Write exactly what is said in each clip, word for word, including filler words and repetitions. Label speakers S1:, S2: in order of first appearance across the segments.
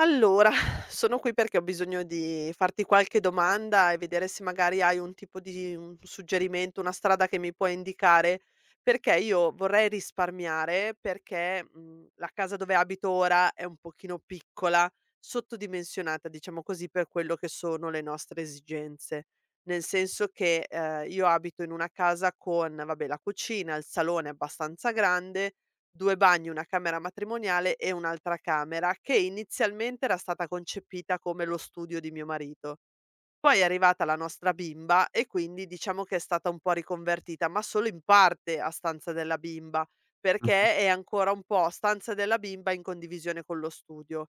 S1: Allora, sono qui perché ho bisogno di farti qualche domanda e vedere se magari hai un tipo di un suggerimento, una strada che mi puoi indicare, perché io vorrei risparmiare, perché, mhmm, la casa dove abito ora è un pochino piccola, sottodimensionata, diciamo così, per quello che sono le nostre esigenze. Nel senso che, ehm, io abito in una casa con, vabbè, la cucina, il salone è abbastanza grande, due bagni, una camera matrimoniale e un'altra camera, che inizialmente era stata concepita come lo studio di mio marito. Poi è arrivata la nostra bimba e quindi diciamo che è stata un po' riconvertita, ma solo in parte a stanza della bimba,
S2: Mh-mh,
S1: perché è ancora un po' stanza della bimba in condivisione con lo studio.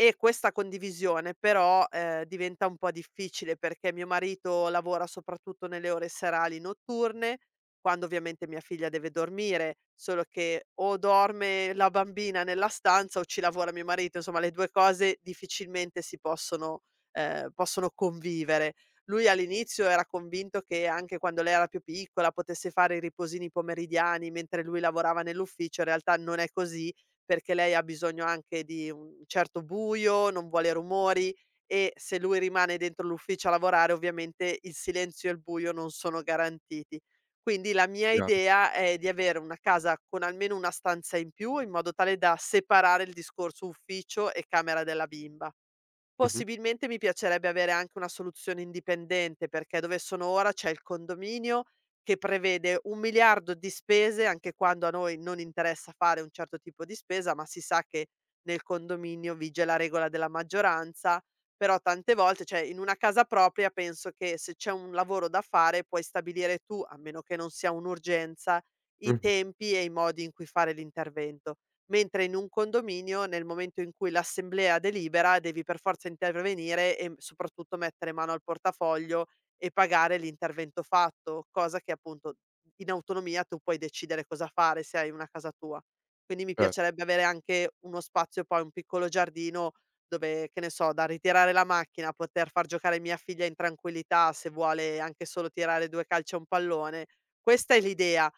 S1: E questa condivisione però, ehm, diventa un po' difficile perché mio marito lavora soprattutto nelle ore serali notturne, quando ovviamente mia figlia deve dormire, solo che o dorme la bambina nella stanza o ci lavora mio marito, insomma le due cose difficilmente si possono ehm, possono convivere. Lui all'inizio era convinto che anche quando lei era più piccola potesse fare i riposini pomeridiani mentre lui lavorava nell'ufficio, in realtà non è così, perché lei ha bisogno anche di un certo buio, non vuole rumori e se lui rimane dentro l'ufficio a lavorare ovviamente il silenzio e il buio non sono garantiti. Quindi la mia
S2: chiaro.
S1: idea è di avere una casa con almeno una stanza in più, in modo tale da separare il discorso ufficio e camera della bimba.
S2: Mh-mh,
S1: Possibilmente mi piacerebbe avere anche una soluzione indipendente, perché dove sono ora c'è il condominio che prevede un miliardo di spese, anche quando a noi non interessa fare un certo tipo di spesa, ma si sa che nel condominio vige la regola della maggioranza, però tante volte, cioè in una casa propria penso che se c'è un lavoro da fare puoi stabilire tu, a meno che non sia un'urgenza, i
S2: mh-mh,
S1: tempi e i modi in cui fare l'intervento. Mentre in un condominio, nel momento in cui l'assemblea delibera, devi per forza intervenire e, mhmm, soprattutto mettere mano al portafoglio e pagare l'intervento fatto, cosa che appunto in autonomia tu puoi decidere cosa fare se hai una casa tua. Quindi mi
S2: cer
S1: piacerebbe avere anche uno spazio, poi un piccolo giardino dove, che ne so, da ritirare la macchina, poter far giocare mia figlia in tranquillità, se vuole anche solo tirare due calci a un pallone. Questa è l'idea.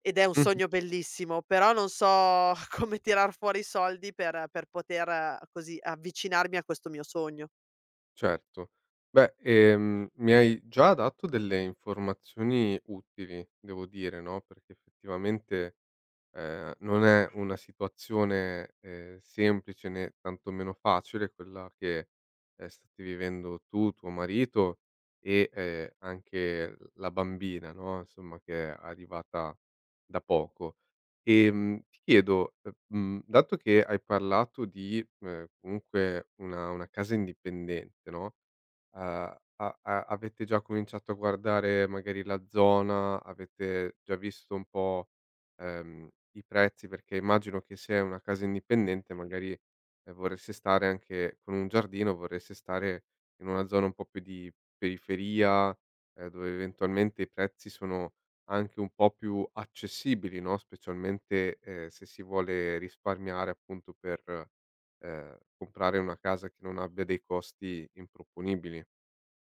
S1: Ed è un
S2: mh-mh,
S1: sogno bellissimo, però non so come tirar fuori i soldi per per poter eh, così avvicinarmi a questo mio sogno.
S2: certo. Beh, ehm, mi hai già dato delle informazioni utili, devo dire, no, perché effettivamente Ehm, non è una situazione, ehm, semplice né tantomeno facile quella che, ehm, state vivendo tu, tuo marito e, ehm, anche la bambina, no, insomma che è arrivata da poco. Ehm, ti chiedo, ehm, mhmm, dato che hai parlato di, ehm, comunque una una casa indipendente, no, Uhm, a a avete già cominciato a guardare magari la zona, avete già visto un po', ehm, i prezzi? Perché immagino che se è una casa indipendente magari, ehm, vorreste stare anche con un giardino, vorreste stare in una zona un po' più di periferia, ehm, dove eventualmente i prezzi sono anche un po' più accessibili, no, specialmente, ehm, se si vuole risparmiare appunto per, ehm, comprare una casa che non abbia dei costi improponibili.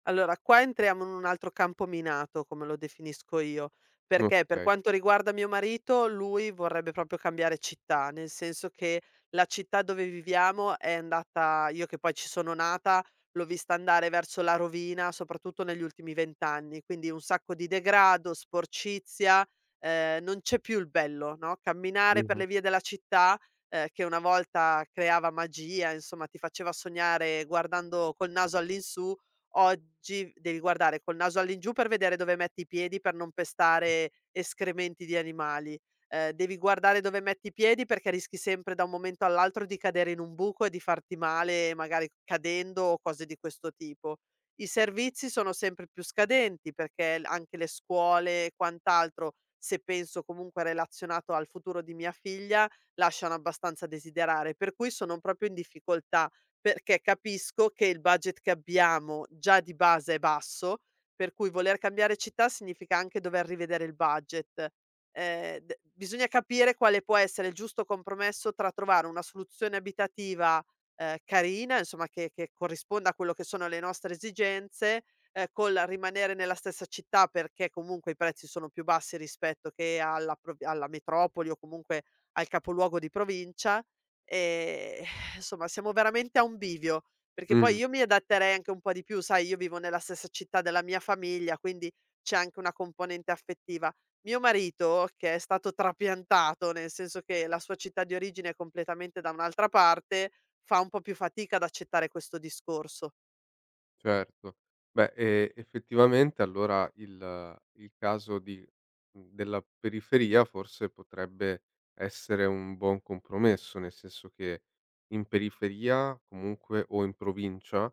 S1: Allora, qua entriamo in un altro campo minato, come lo definisco io, perché per
S2: Okay.
S1: quanto riguarda mio marito, lui vorrebbe proprio cambiare città, nel senso che la città dove viviamo è andata, io che poi ci sono nata, l'ho vista andare verso la rovina, soprattutto negli ultimi venti anni, quindi un sacco di degrado, sporcizia, ehm, non c'è più il bello, no, camminare per
S2: Mh-mh.
S1: le vie della città, ehm, che una volta creava magia, insomma ti faceva sognare guardando col naso all'insù, oggi devi guardare col naso all'ingiù per vedere dove metti i piedi per non pestare escrementi di animali. Ehm, devi guardare dove metti i piedi perché rischi sempre da un momento all'altro di cadere in un buco e di farti male, magari cadendo o cose di questo tipo. I servizi sono sempre più scadenti perché l anche le scuole e quant'altro, se penso comunque relazionato al futuro di mia figlia, lasciano abbastanza a desiderare, per cui sono proprio in difficoltà perché capisco che il budget che abbiamo già di base è basso, per cui voler cambiare città significa anche dover rivedere il budget. Ehm, d Bisogna capire quale può essere il giusto compromesso tra trovare una soluzione abitativa, ehm, carina, insomma che che corrisponda a quello che sono le nostre esigenze, ehm, col rimanere nella stessa città perché comunque i prezzi sono più bassi rispetto che alla prov alla metropoli o comunque al capoluogo di provincia. Ehm, insomma siamo veramente a un bivio, perché poi
S2: Mh,
S1: io mi adatterei anche un po' di più, sai, io vivo nella stessa città della mia famiglia, quindi c'è anche una componente affettiva. Mio marito, che è stato trapiantato, nel senso che la sua città di origine è completamente da un'altra parte, fa un po' più fatica ad accettare questo discorso.
S2: certo. Beh, ehm, effettivamente allora il il caso di mhmm, della periferia forse potrebbe essere un buon compromesso, nel senso che in periferia comunque o in provincia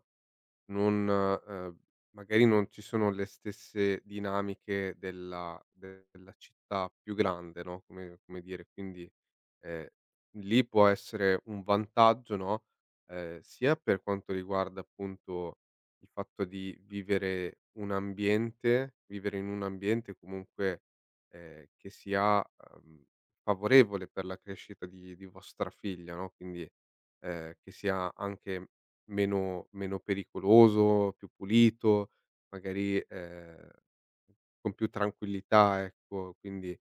S2: non ehm, magari non ci sono le stesse dinamiche della della città più grande, no, come come dire, quindi Ehm, lì può essere un vantaggio, no, ehm, sia per quanto riguarda appunto il fatto di vivere un ambiente vivere in un ambiente comunque, ehm, che sia, uhm, favorevole per la crescita di di vostra figlia, no, quindi, ehm, che sia anche meno meno pericoloso, più pulito, magari, ehm, con più tranquillità, ecco. Quindi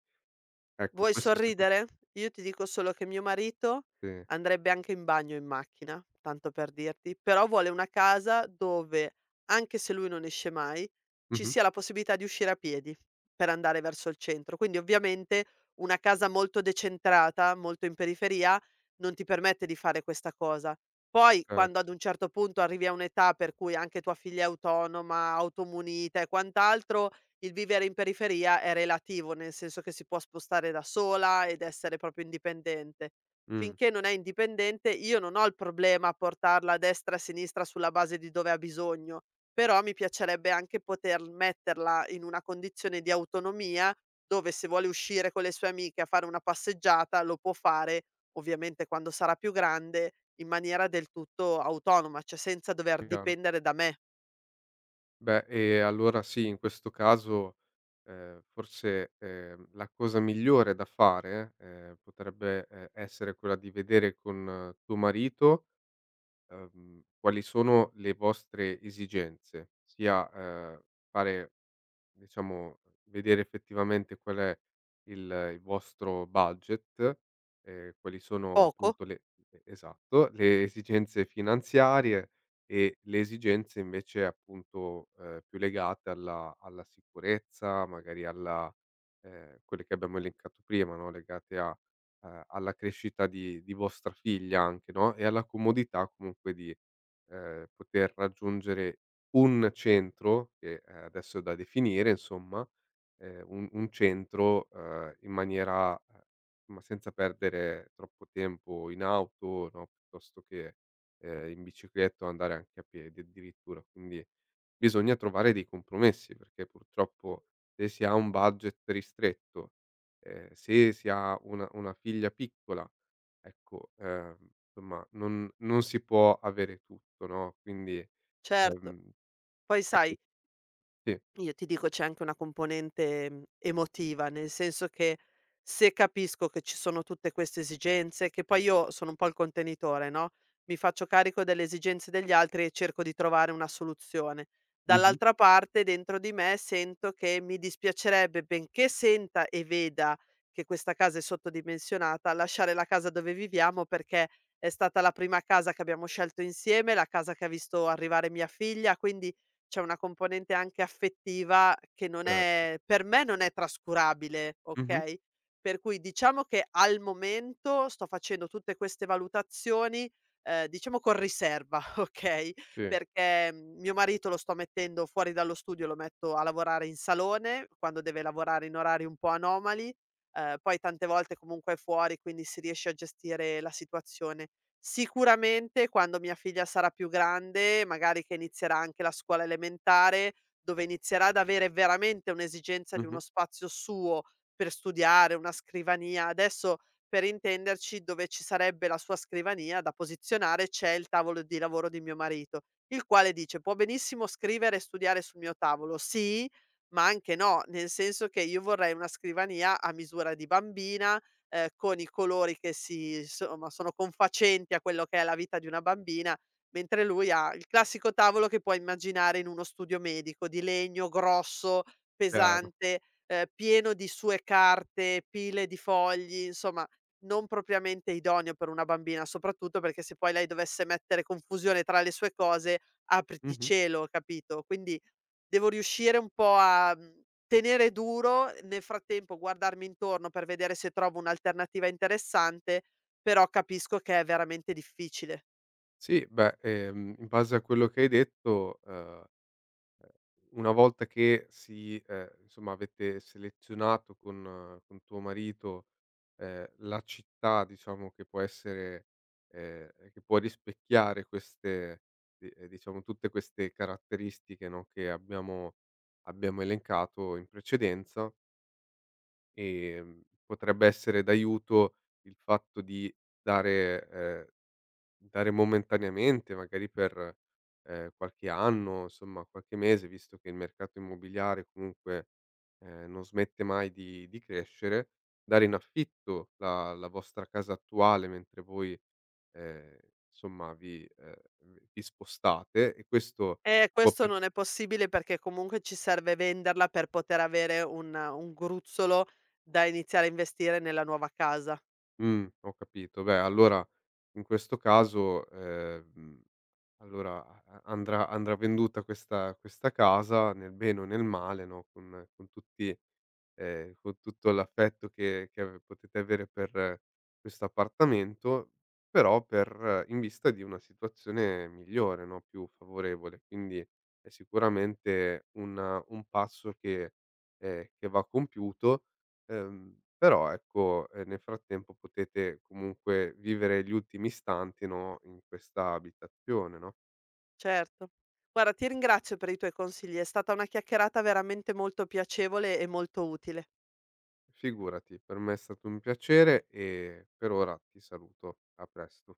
S2: ecco
S1: Vuoi
S2: questo si può
S1: sorridere? Io ti dico solo che mio marito
S2: sì.
S1: andrebbe anche in bagno in macchina, tanto per dirti, però vuole una casa dove, anche se lui non esce mai, ci
S2: Mh-mh,
S1: sia la possibilità di uscire a piedi per andare verso il centro. Quindi ovviamente una casa molto decentrata, molto in periferia, non ti permette di fare questa cosa. Poi
S2: cer
S1: quando ad un certo punto arrivi a un'età per cui anche tua figlia è autonoma, automunita e quant'altro, il vivere in periferia è relativo, nel senso che si può spostare da sola ed essere proprio indipendente.
S2: Mh,
S1: Finché non è indipendente, io non ho il problema a portarla a destra e a sinistra sulla base di dove ha bisogno, però mi piacerebbe anche poter metterla in una condizione di autonomia dove se vuole uscire con le sue amiche a fare una passeggiata lo può fare, ovviamente quando sarà più grande, in maniera del tutto autonoma, cioè senza dover
S2: chiaro.
S1: dipendere da me.
S2: Beh, e allora sì, in questo caso, ehm, forse, ehm, la cosa migliore da fare, ehm, potrebbe, ehm, essere quella di vedere con tuo marito, ehm, quali sono le vostre esigenze, sia, ehm, fare diciamo, vedere effettivamente qual è il il vostro budget, ehm, quali sono
S1: Poco,
S2: appunto le e esatto, le esigenze finanziarie e le esigenze invece appunto, ehm, più legate alla alla sicurezza, magari alla ehm, quelle che abbiamo elencato prima, no, legate a ehm, alla crescita di di vostra figlia anche, no, e alla comodità comunque di, ehm, poter raggiungere un centro, che, ehm, adesso è da definire insomma, ehm, un un centro, ehm, in maniera ehm, ma senza perdere troppo tempo in auto, no, piuttosto che, ehm, in bicicletta o andare anche a piedi addirittura. Quindi bisogna trovare dei compromessi, perché purtroppo se si ha un budget ristretto, ehm, se si ha una una figlia piccola, ecco, ehm, insomma non non si può avere tutto, no, quindi, Eh.
S1: certo.
S2: mhmm,
S1: Poi
S2: ecco
S1: sai,
S2: sì.
S1: io ti dico c'è anche una componente, mhmm, emotiva, nel senso che se capisco che ci sono tutte queste esigenze che poi io sono un po' il contenitore, no, mi faccio carico delle esigenze degli altri e cerco di trovare una soluzione.
S2: Mh-mh.
S1: Dall'altra parte dentro di me sento che mi dispiacerebbe, benché senta e veda che questa casa è sottodimensionata, lasciare la casa dove viviamo perché è stata la prima casa che abbiamo scelto insieme, la casa che ha visto arrivare mia figlia, quindi c'è una componente anche affettiva che non
S2: Cer
S1: è per me non è trascurabile,
S2: mh-mh.
S1: okay, per cui diciamo che al momento sto facendo tutte queste valutazioni, ehm, diciamo con riserva, okay,
S2: Sì.
S1: perché, mhmm, mio marito lo sto mettendo fuori dallo studio, lo metto a lavorare in salone quando deve lavorare in orari un po' anomali, ehm, poi tante volte comunque è fuori, quindi si riesce a gestire la situazione. Sicuramente quando mia figlia sarà più grande, magari che inizierà anche la scuola elementare, dove inizierà ad avere veramente un'esigenza di
S2: Mh-mh.
S1: uno spazio suo per studiare, una scrivania. Adesso, per intenderci, dove ci sarebbe la sua scrivania da posizionare, c'è il tavolo di lavoro di mio marito, il quale dice: può benissimo scrivere e studiare sul mio tavolo. Sì, ma anche no, nel senso che io vorrei una scrivania a misura di bambina, ehm, con i colori che si somma sono confacenti a quello che è la vita di una bambina, mentre lui ha il classico tavolo che puoi immaginare in uno studio medico, di legno grosso,
S2: Chiaro.
S1: pesante, ehm, pieno di sue carte, pile di fogli, insomma non propriamente idoneo per una bambina, soprattutto perché se poi lei dovesse mettere confusione tra le sue cose, apriti
S2: Mh-mh.
S1: cielo, capito? Quindi devo riuscire un po' a, mhmm, tenere duro, nel frattempo guardarmi intorno per vedere se trovo un'alternativa interessante, però capisco che è veramente difficile.
S2: Sì, beh, ehm, in base a quello che hai detto, uhm, una volta che si ehm, insomma avete selezionato con con tuo marito, ehm, la città diciamo che può essere ehm, che può rispecchiare queste di ehm, diciamo tutte queste caratteristiche, no, che abbiamo abbiamo elencato in precedenza. Ehm, potrebbe essere d'aiuto il fatto di dare ehm, dare momentaneamente, magari per, ehm, qualche anno, insomma qualche mese, visto che il mercato immobiliare comunque, ehm, non smette mai di di crescere, dare in affitto la la vostra casa attuale mentre voi, ehm, insomma vi ehm, vi spostate e questo
S1: E
S2: può
S1: questo
S2: per
S1: non è possibile perché comunque ci serve venderla per poter avere un un gruzzolo da iniziare a investire nella nuova casa.
S2: Mh, ho capito. Beh, allora in questo caso, ehm, allora a a andrà andrà venduta questa questa casa nel bene o nel male, no, con con tutti ehm, con tutto l'affetto che che ave potete avere per eh, questo appartamento, però per eh, in vista di una situazione migliore, no, più favorevole. Quindi è sicuramente un un passo che ehm, che va compiuto, ehm, però ecco, ehm, nel frattempo potete comunque vivere gli ultimi istanti, no, in questa abitazione, no.
S1: Certo. Guarda, ti ringrazio per i tuoi consigli, è stata una chiacchierata veramente molto piacevole e molto utile.
S2: Figurati, per me è stato un piacere e per ora ti saluto. A presto.